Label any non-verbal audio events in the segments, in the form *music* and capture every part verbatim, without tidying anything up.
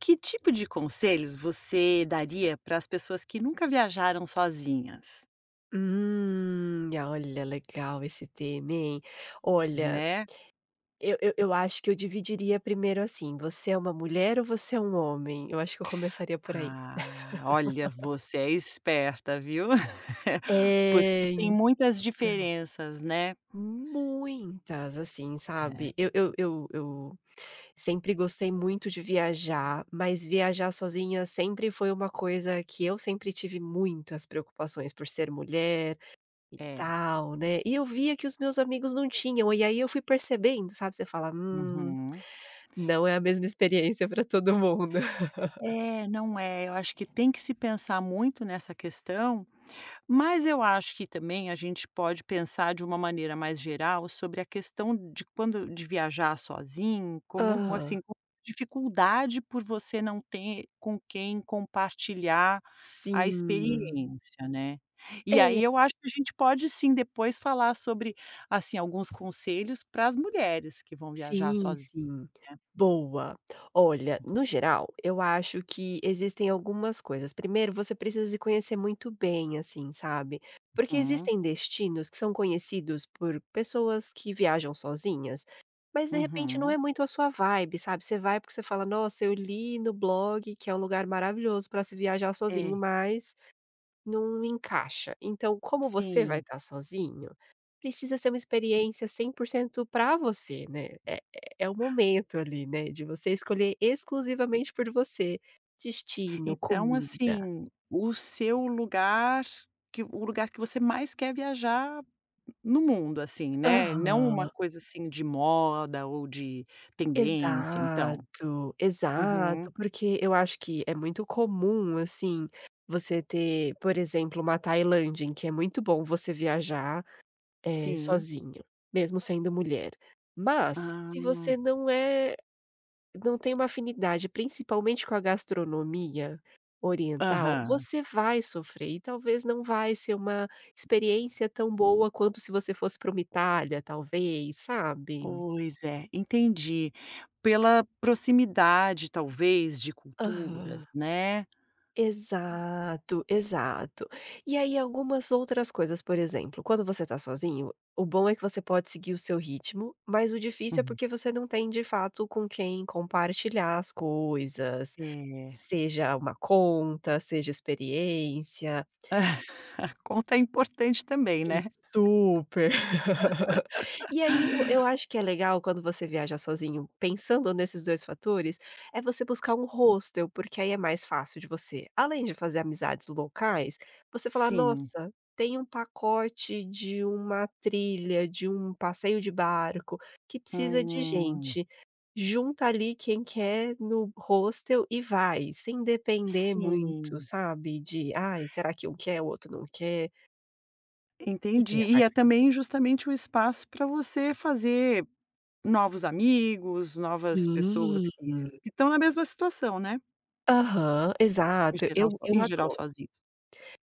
Que tipo de conselhos você daria para as pessoas que nunca viajaram sozinhas, Hum, ah, olha, legal esse tema, hein. Olha, né? eu eu eu acho que eu dividiria primeiro assim: "Você é uma mulher ou você é um homem?" Eu acho que eu começaria por aí. Ah, olha, você é esperta, viu? *laughs* Porque É, tem muitas então. diferenças, né? Muitas, assim, sabe. Eu eu eu eu sempre gostei muito de viajar, mas viajar sozinha sempre foi uma coisa que eu sempre tive muitas preocupações por ser mulher e É, é. tal, né. E eu via que os meus amigos não tinham, e aí eu fui percebendo, sabe, você fala: "Hum". Uhum. Não é a mesma experiência para todo mundo. É, não é. Eu acho que tem que se pensar muito nessa questão. Mas eu acho que também a gente pode pensar de uma maneira mais geral sobre a questão de quando de viajar sozinho, como Aham. assim, como dificuldade por você não ter com quem compartilhar a Sim. experiência, né. E aí É, eu acho que a gente pode sim depois falar sobre, assim, alguns conselhos para as mulheres que vão viajar sim, sozinha. sim. Boa. Olha, no geral, eu acho que existem algumas coisas. Primeiro, você precisa se conhecer muito bem, assim, sabe. Porque Uhum, existem destinos que são conhecidos por pessoas que viajam sozinhas, mas de repente não uhum. é muito a sua vibe, sabe. Você vai porque você fala: "Nossa, eu li no blog que é um lugar maravilhoso para se viajar sozinho, É, mas". Não encaixa. Então, como você vai sim. estar sozinho, precisa ser uma experiência cem por cento para você, né. É é é o momento ali, né, de você escolher exclusivamente por você. Destino, Então, comida. assim, o seu lugar que o lugar que você mais quer viajar no mundo, assim, né, não uma Aham. coisa, assim, de moda ou de tendência, então. Exato, Uhum. exato. Porque eu acho que é muito comum, assim, você ter, por exemplo, uma Tailândia, em que é muito bom você viajar, eh, Sim. sozinho, mesmo sendo mulher. Mas, se Ah. você não é. Não tem uma afinidade, principalmente com a gastronomia oriental, Aham. você vai sofrer e talvez não vai ser uma experiência tão boa quanto se você fosse para uma Itália, talvez, sabe? Pois é, entendi. Pela proximidade, talvez, de Aham. culturas, né. Exato, exato. E aí algumas outras coisas, por exemplo, quando você tá sozinho, o bom é que você pode seguir o seu ritmo, mas o difícil é Hum. porque você não tem de fato com quem compartilhar as coisas, É. *laughs* seja uma conta, seja experiência, A conta é importante também, e né. super. *laughs* E aí, o eu acho que é legal quando você viaja sozinho, pensando nesses dois fatores, é você buscar um hostel, porque aí é mais fácil de você, além de fazer amizades locais, você falar: Sim. "Nossa, tem um pacote de uma trilha, de um passeio de barco, que precisa de Hum. gente". Junta ali quem quer no hostel e vai, sem depender muito, Sim. sabe, de: "Ai, será que um quer, o outro não quer?". E Entendi. tem a E parte é também financeira. justamente o espaço para você fazer novos amigos, novas pessoas Sim. que es que estão na mesma situação, né, Aham, em exato. geral Eu so eu em geral adoro. sozinhos.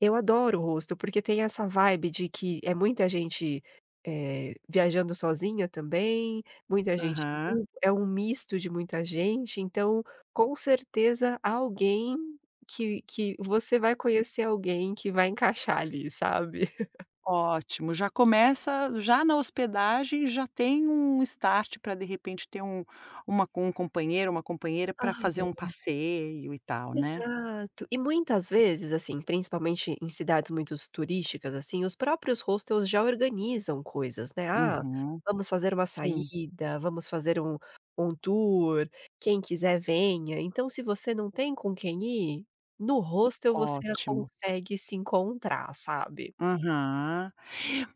Eu adoro o rosto porque tem essa vibe de que é muita gente, eh, viajando sozinha também, muita gente em Aham, grupo, é um misto de muita gente, então, com certeza alguém que que você vai conhecer alguém que vai encaixar ali, sabe. ótimo. Já começa já na hospedagem, já tem um start para de repente ter um uma com um companheiro, uma companheira para fazer *laughs* um passeio e tal, né. Exato. E muitas vezes, assim, principalmente em cidades muito turísticas, assim, os próprios hostels já organizam coisas, né. "Ah, Uhum. vamos fazer uma Sim, saída, vamos fazer um um tour, quem quiser venha". Então se você não tem com quem ir, no hostel você ótimo. consegue se encontrar, sabe. Aham.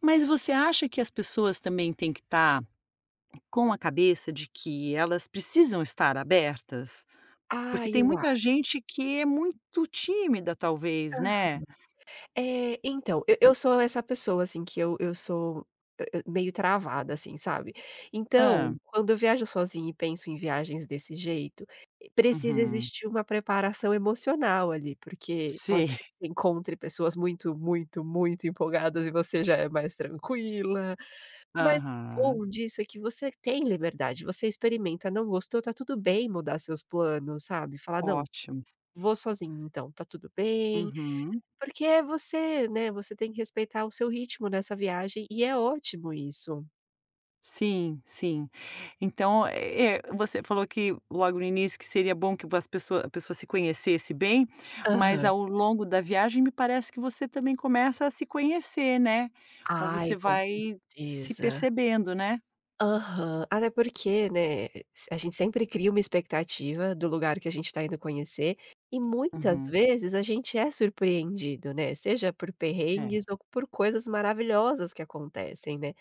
Mas você acha que as pessoas também têm que estar com a cabeça de que elas precisam estar abertas, Ah, porque tem eu a muita gente que é muito tímida talvez, né. É, então, eu eu sou essa pessoa, assim, que eu eu sou, hã hã, meio travada, assim, sabe. Hã. Então, quando eu viajo sozinha e penso em viagens desse jeito, eh, precisa Uhum. existir uma preparação emocional ali, porque pode Sei. *laughs* ser que você encontre pessoas muito, muito, muito empolgadas e você já é mais tranquila. Mas o Aham. bom disso é que você tem liberdade, você experimenta, não gostou, tá tudo bem mudar seus planos, sabe. Falar: "Não, Ótimos. vou sozinho. Então, tá tudo bem". Uhum. Porque é você, né, você tem que respeitar o seu ritmo nessa viagem e é ótimo isso. Sim, sim. Então, eh, você falou que logo no início que seria bom que as pessoa a pessoa se conhecesse bem, mas Aham. ao longo da viagem me parece que você também começa a se conhecer, né. Ou Ai, você com vai se certeza. percebendo, né. Aham. Até porque, né, a gente sempre cria uma expectativa do lugar que a gente tá indo conhecer, e muitas Uhum. vezes a gente é surpreendido, né, seja por É. perrengues ou por coisas maravilhosas que acontecem, né.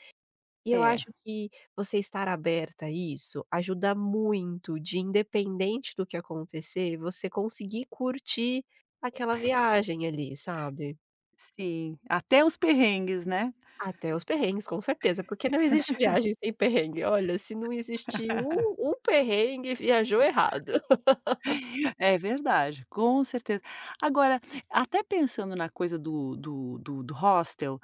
E eu acho É. que você estar aberta a isso ajuda muito de, independente do que acontecer, você conseguir curtir aquela viagem ali, sabe. Sim, até os perrengues, né. Até os perrengues, com certeza, porque não existe viagem sem perrengue. Olha, se não existir um um perrengue, viajou errado. *laughs* É verdade, com certeza. Agora, até pensando na coisa do do do do hostel,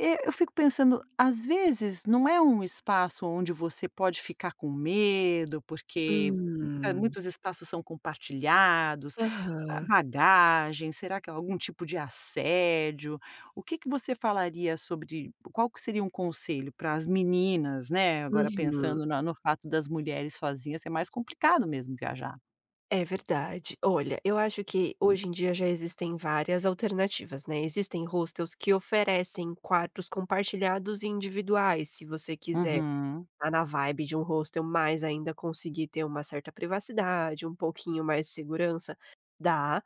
e eu fico pensando, às vezes não é um espaço onde você pode ficar com medo, porque eh, Hum. muitos espaços são compartilhados, a Aham. bagagem, será que é algum tipo de assédio? O que que você falaria sobre qual que seria um conselho para as meninas, né, agora Uhum. pensando na no fato das mulheres sozinhas, é mais complicado mesmo viajar. É verdade. Olha, eu acho que hoje em dia já existem várias alternativas, né. Existem hostels que oferecem quartos compartilhados e individuais, se você quiser Uhum. tá na vibe de um hostel, mas ainda conseguir ter uma certa privacidade, um pouquinho mais de segurança, dá.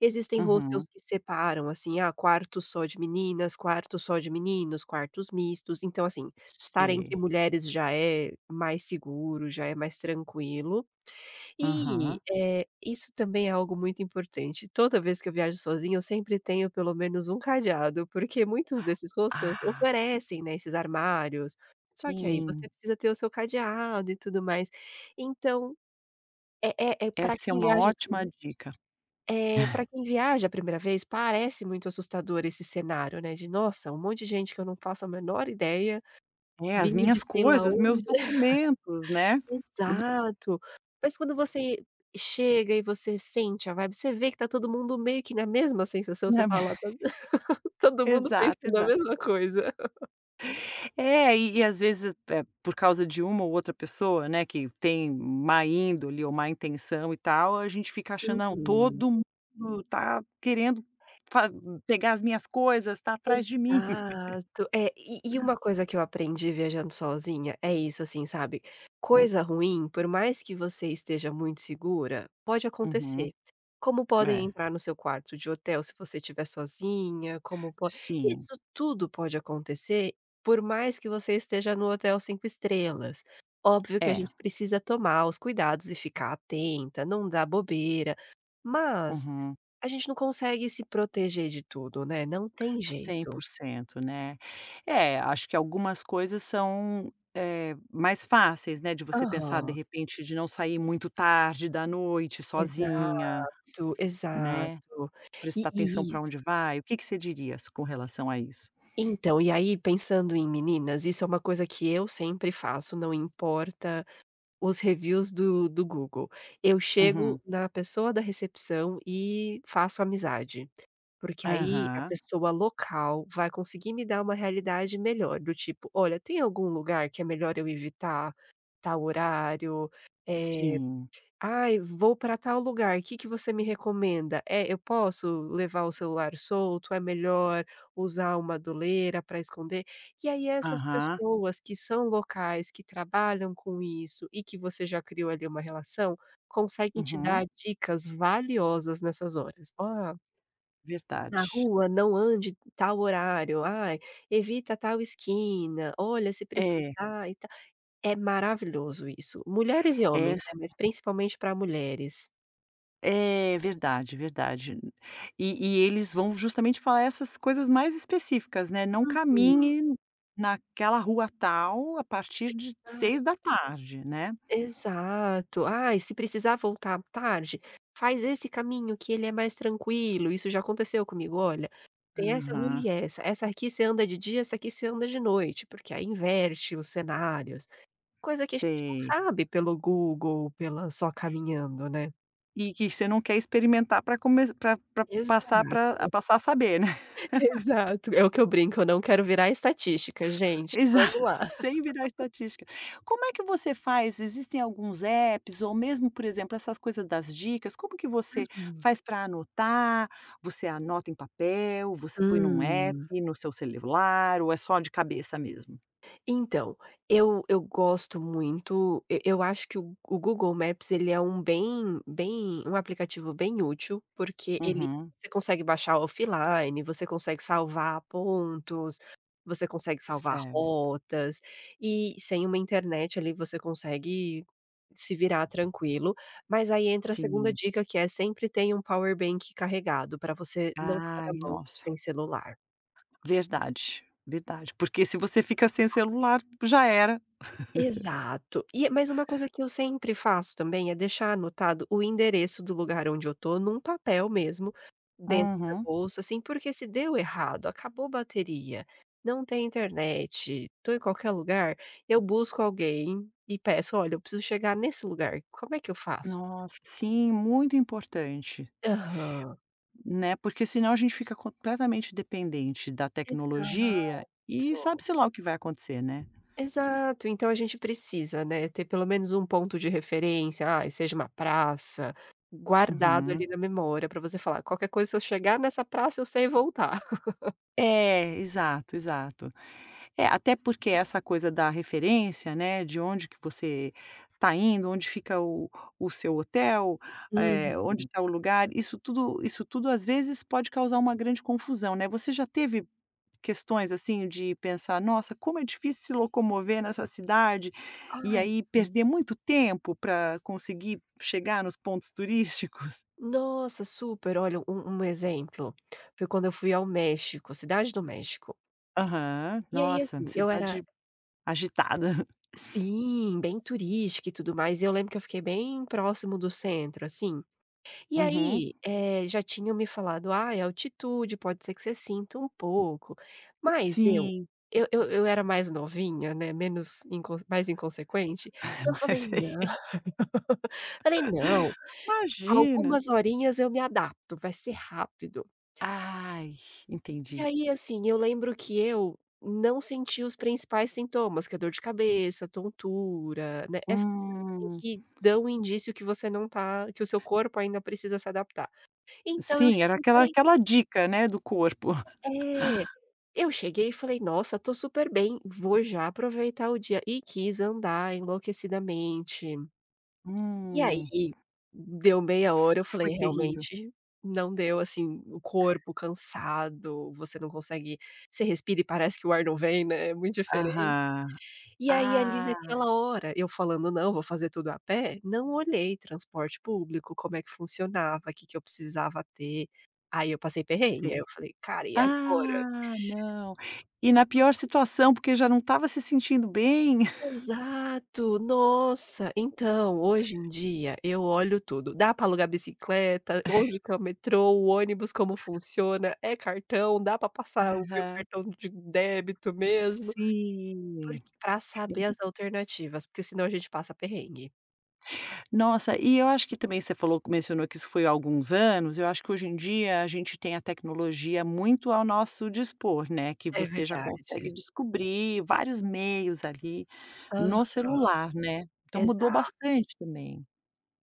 Existem hostels Uhum. que separam, assim, ah, quarto só de meninas, quarto só de meninos, quartos mistos. Então, assim, estar entre Sei. mulheres já é mais seguro, já é mais tranquilo. E, Aham. eh, isso também é algo muito importante. Toda vez que eu viajo sozinha, eu sempre tenho pelo menos um cadeado, porque muitos desses hostels Ah, oferecem, né, esses armários, só que aí você sim. precisa ter o seu cadeado e tudo mais. Então, é é é pra Essa é quem uma viaja é ótima dica. para quem viaja a primeira vez, parece muito assustador esse cenário, né, de: "Nossa, um monte de gente que eu não faço a menor ideia, É, as vindo de minhas sei lá coisas, onde". meus documentos, né. *laughs* Exato. Mas quando você chega e você sente a vibe, você vê que tá todo mundo meio que na mesma sensação, você fala: *unintelligible* "Tá *laughs* todo mundo Exato, pensando a exato. mesma coisa". É, e e às vezes, eh, por causa de uma ou outra pessoa, né, que tem má índole ou má intenção e tal, a gente fica achando: "Não, Uhum. todo mundo tá querendo fa pegar as minhas coisas, tá atrás de mim". Exato. É, e e uma coisa que eu aprendi viajando sozinha é isso, assim, sabe, Hum. coisa ruim, por mais que você esteja muito segura, pode Uhum. acontecer. Como podem É. entrar no seu quarto de hotel se você estiver sozinha, como po Sim. isso tudo pode acontecer, por mais que você esteja no hotel cinco estrelas. Óbvio que a É. gente precisa tomar os cuidados e ficar atenta, não dar bobeira, mas Uhum. a gente não consegue se proteger de tudo, né, não tem cem jeito. por cento, né. É, acho que algumas coisas são, eh, mais fáceis, né, de você pensar, de Aham, repente, de não sair muito tarde da noite exato, sozinha, exato. né, E prestar atenção e para is onde vai. O que que você diria s com relação a isso? Então, e aí pensando em meninas, isso é uma coisa que eu sempre faço, não importa os reviews do do Google. Eu chego Uhum. na pessoa da recepção e faço amizade, porque aí a Aham. pessoa local vai conseguir me dar uma realidade melhor, do tipo: "Olha, tem algum lugar que é melhor eu evitar tal horário?" Eh Sim. Ai, vou para tal lugar, o que que você me recomenda? É, eu posso levar o celular solto? É melhor usar uma doleira para esconder? E aí essas Aham. pessoas que são locais, que trabalham com isso e que você já criou ali uma relação, conseguem te Uhum. dar dicas valiosas nessas horas. "Ó, na Verdade. rua não ande tal horário. Ai, evita tal esquina. Olha, se É. precisar e tal". É maravilhoso isso. Mulheres e É, homens, né, mas principalmente para mulheres. é, verdade, verdade. E e eles vão justamente falar essas coisas mais específicas, né, não Uhum. caminhe naquela rua tal a partir de Ah, seis da tarde, né. exato. "Ai, se precisar voltar tarde, faz esse caminho que ele é mais tranquilo", isso já aconteceu comigo: "Olha, tem essa rua Aham. e essa, essa aqui você anda de dia, essa aqui você anda de noite", porque aí inverte os cenários, coisa que a gente não Sei. sabe pelo Google, pela só caminhando, né. E que você não quer experimentar para começar, para Exato, passar para *laughs* passar a saber, né. exato. É o que eu brinco, eu não quero virar estatística, gente, Exato, vamos lá. *laughs* sem virar estatística. Como é que você faz? Existem alguns apps ou mesmo, por exemplo, essas coisas das dicas, como que você Uhum. faz para anotar? Você anota em papel, você põe num app, Hum. no seu celular ou é só de cabeça mesmo? Então, eu eu gosto muito, e eu acho que o o Google Maps ele é um bem bem um aplicativo bem útil, porque ele Uhum. você consegue baixar offline, você consegue salvar pontos, você consegue salvar Certo, rotas, e sem uma internet ali você consegue se virar tranquilo, mas aí entra a segunda sim. dica que é sempre tenha um power bank carregado para você não ficar na Ai, mão nossa, sem celular. verdade, verdade, porque se você fica sem o celular, já era. Exato. E é, mas uma coisa que eu sempre faço também é deixar anotado o endereço do lugar onde eu tô num papel mesmo, dentro da Uhum. bolsa, assim, porque se deu errado, acabou a bateria, não tem internet, tô em qualquer lugar, eu busco alguém e peço: "Olha, eu preciso chegar nesse lugar, como é que eu faço?" Nossa, sim, muito importante. Aham, Né, porque senão a gente fica completamente dependente da exato. tecnologia e sabe-se lá o que vai acontecer, né. Exato, então a gente precisa, né, ter pelo menos um ponto de referência, ai, seja uma praça, guardado Uhum. ali na memória pra você falar: "Qualquer coisa, se eu chegar nessa praça, eu sei voltar". É, exato, exato. É, até porque essa coisa da referência, né, de onde que você está indo, onde fica o o seu hotel, eh, onde Uhum. está o lugar, isso tudo isso tudo às vezes pode causar uma grande confusão, né. Você já teve questões, assim, de pensar: "Nossa, como é difícil se locomover nessa cidade", e Ai, aí su perder muito tempo para conseguir chegar nos pontos turísticos? nossa, super. Olha, um um exemplo, foi quando eu fui ao México, Cidade do México. Aham. E aí, Nossa. assim, eu era Cidade agitada. *laughs* sim, bem turística e tudo mais, e eu lembro que eu fiquei bem próximo do centro, assim. E Uhum. aí, eh, já tinham me falado: "Ah, é altitude, pode ser que você sinta um pouco", mas eu Sim. eu eu eu era mais novinha, né, menos incon mais inconsequente, eu *laughs* falei: mas "Não", é- falei: "Não, Imagina. algumas horinhas eu me adapto, vai ser rápido". Ai, entendi. E aí, assim, eu lembro que eu não senti os principais sintomas, que é dor de cabeça, tontura, né, essas coisas, assim, Hum. que dão um indício que você não tá que o seu corpo ainda precisa se adaptar. Então eu Sim, era cheguei e aquela falei. aquela dica, né, do corpo. É, eu cheguei e falei: "Nossa, tô super bem, vou já aproveitar o dia", e quis andar enlouquecidamente. E Hum. aí, deu meia hora, eu falei: Foi terrível. "Realmente não deu", assim, o corpo cansado, você não consegue você respira e parece que o ar não vem, né, é muito diferente. Aham. E aí, ali Ah, naquela hora, eu falando: "Não, vou fazer tudo a pé", não olhei transporte público, como é que funcionava, que que eu precisava ter. Aí eu passei perrengue, aí eu sei. falei: "Cara, e agora?" Ah, não. E na pior situação, porque já não estava se sentindo bem. Exato, nossa, então hoje em dia eu olho tudo, dá para alugar bicicleta, onde que é o metrô, o ônibus, como funciona, é cartão, dá para passar o meu Aham. cartão de débito mesmo, porque Sim. para saber as alternativas, porque senão a gente passa perrengue. Nossa, e eu acho que também você falou mencionou que isso foi há alguns anos, eu acho que hoje em dia a gente tem a tecnologia muito ao nosso dispor, né, que É você já consegue verdade. descobrir vários meios ali Aham, no celular, né. Então mudou exato. bastante também.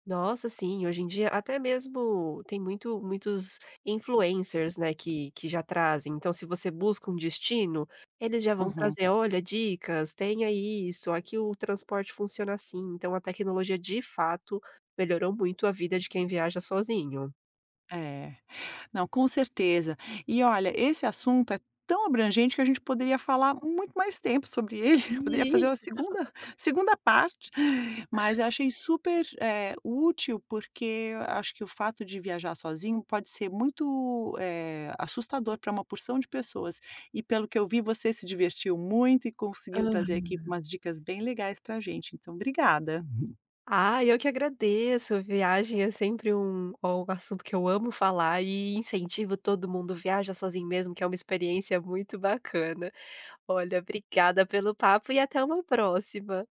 Nossa, sim, hoje em dia até mesmo tem muito muitos influencers, né, que que já trazem, então se você busca um destino, eles já vão Uhum. trazer: "Olha, dicas, tenha isso, aqui o transporte funciona assim". Então a tecnologia de fato melhorou muito a vida de quem viaja sozinho. É. Não, com certeza. E olha, esse assunto é tão abrangente que a gente poderia falar muito mais tempo sobre ele, *laughs* poderia fazer E uma segunda segunda parte, mas eu achei super, eh, útil, porque eu acho que o fato de viajar sozinho pode ser muito, eh, assustador para uma porção de pessoas. E pelo que eu vi, você se divertiu muito e conseguiu trazer aqui umas dicas bem legais para a gente, então obrigada. Ah, eu que agradeço, viagem é sempre um um assunto que eu amo falar e incentivo todo mundo, viaja sozinho mesmo, que é uma experiência muito bacana. Olha, obrigada pelo papo e até uma próxima.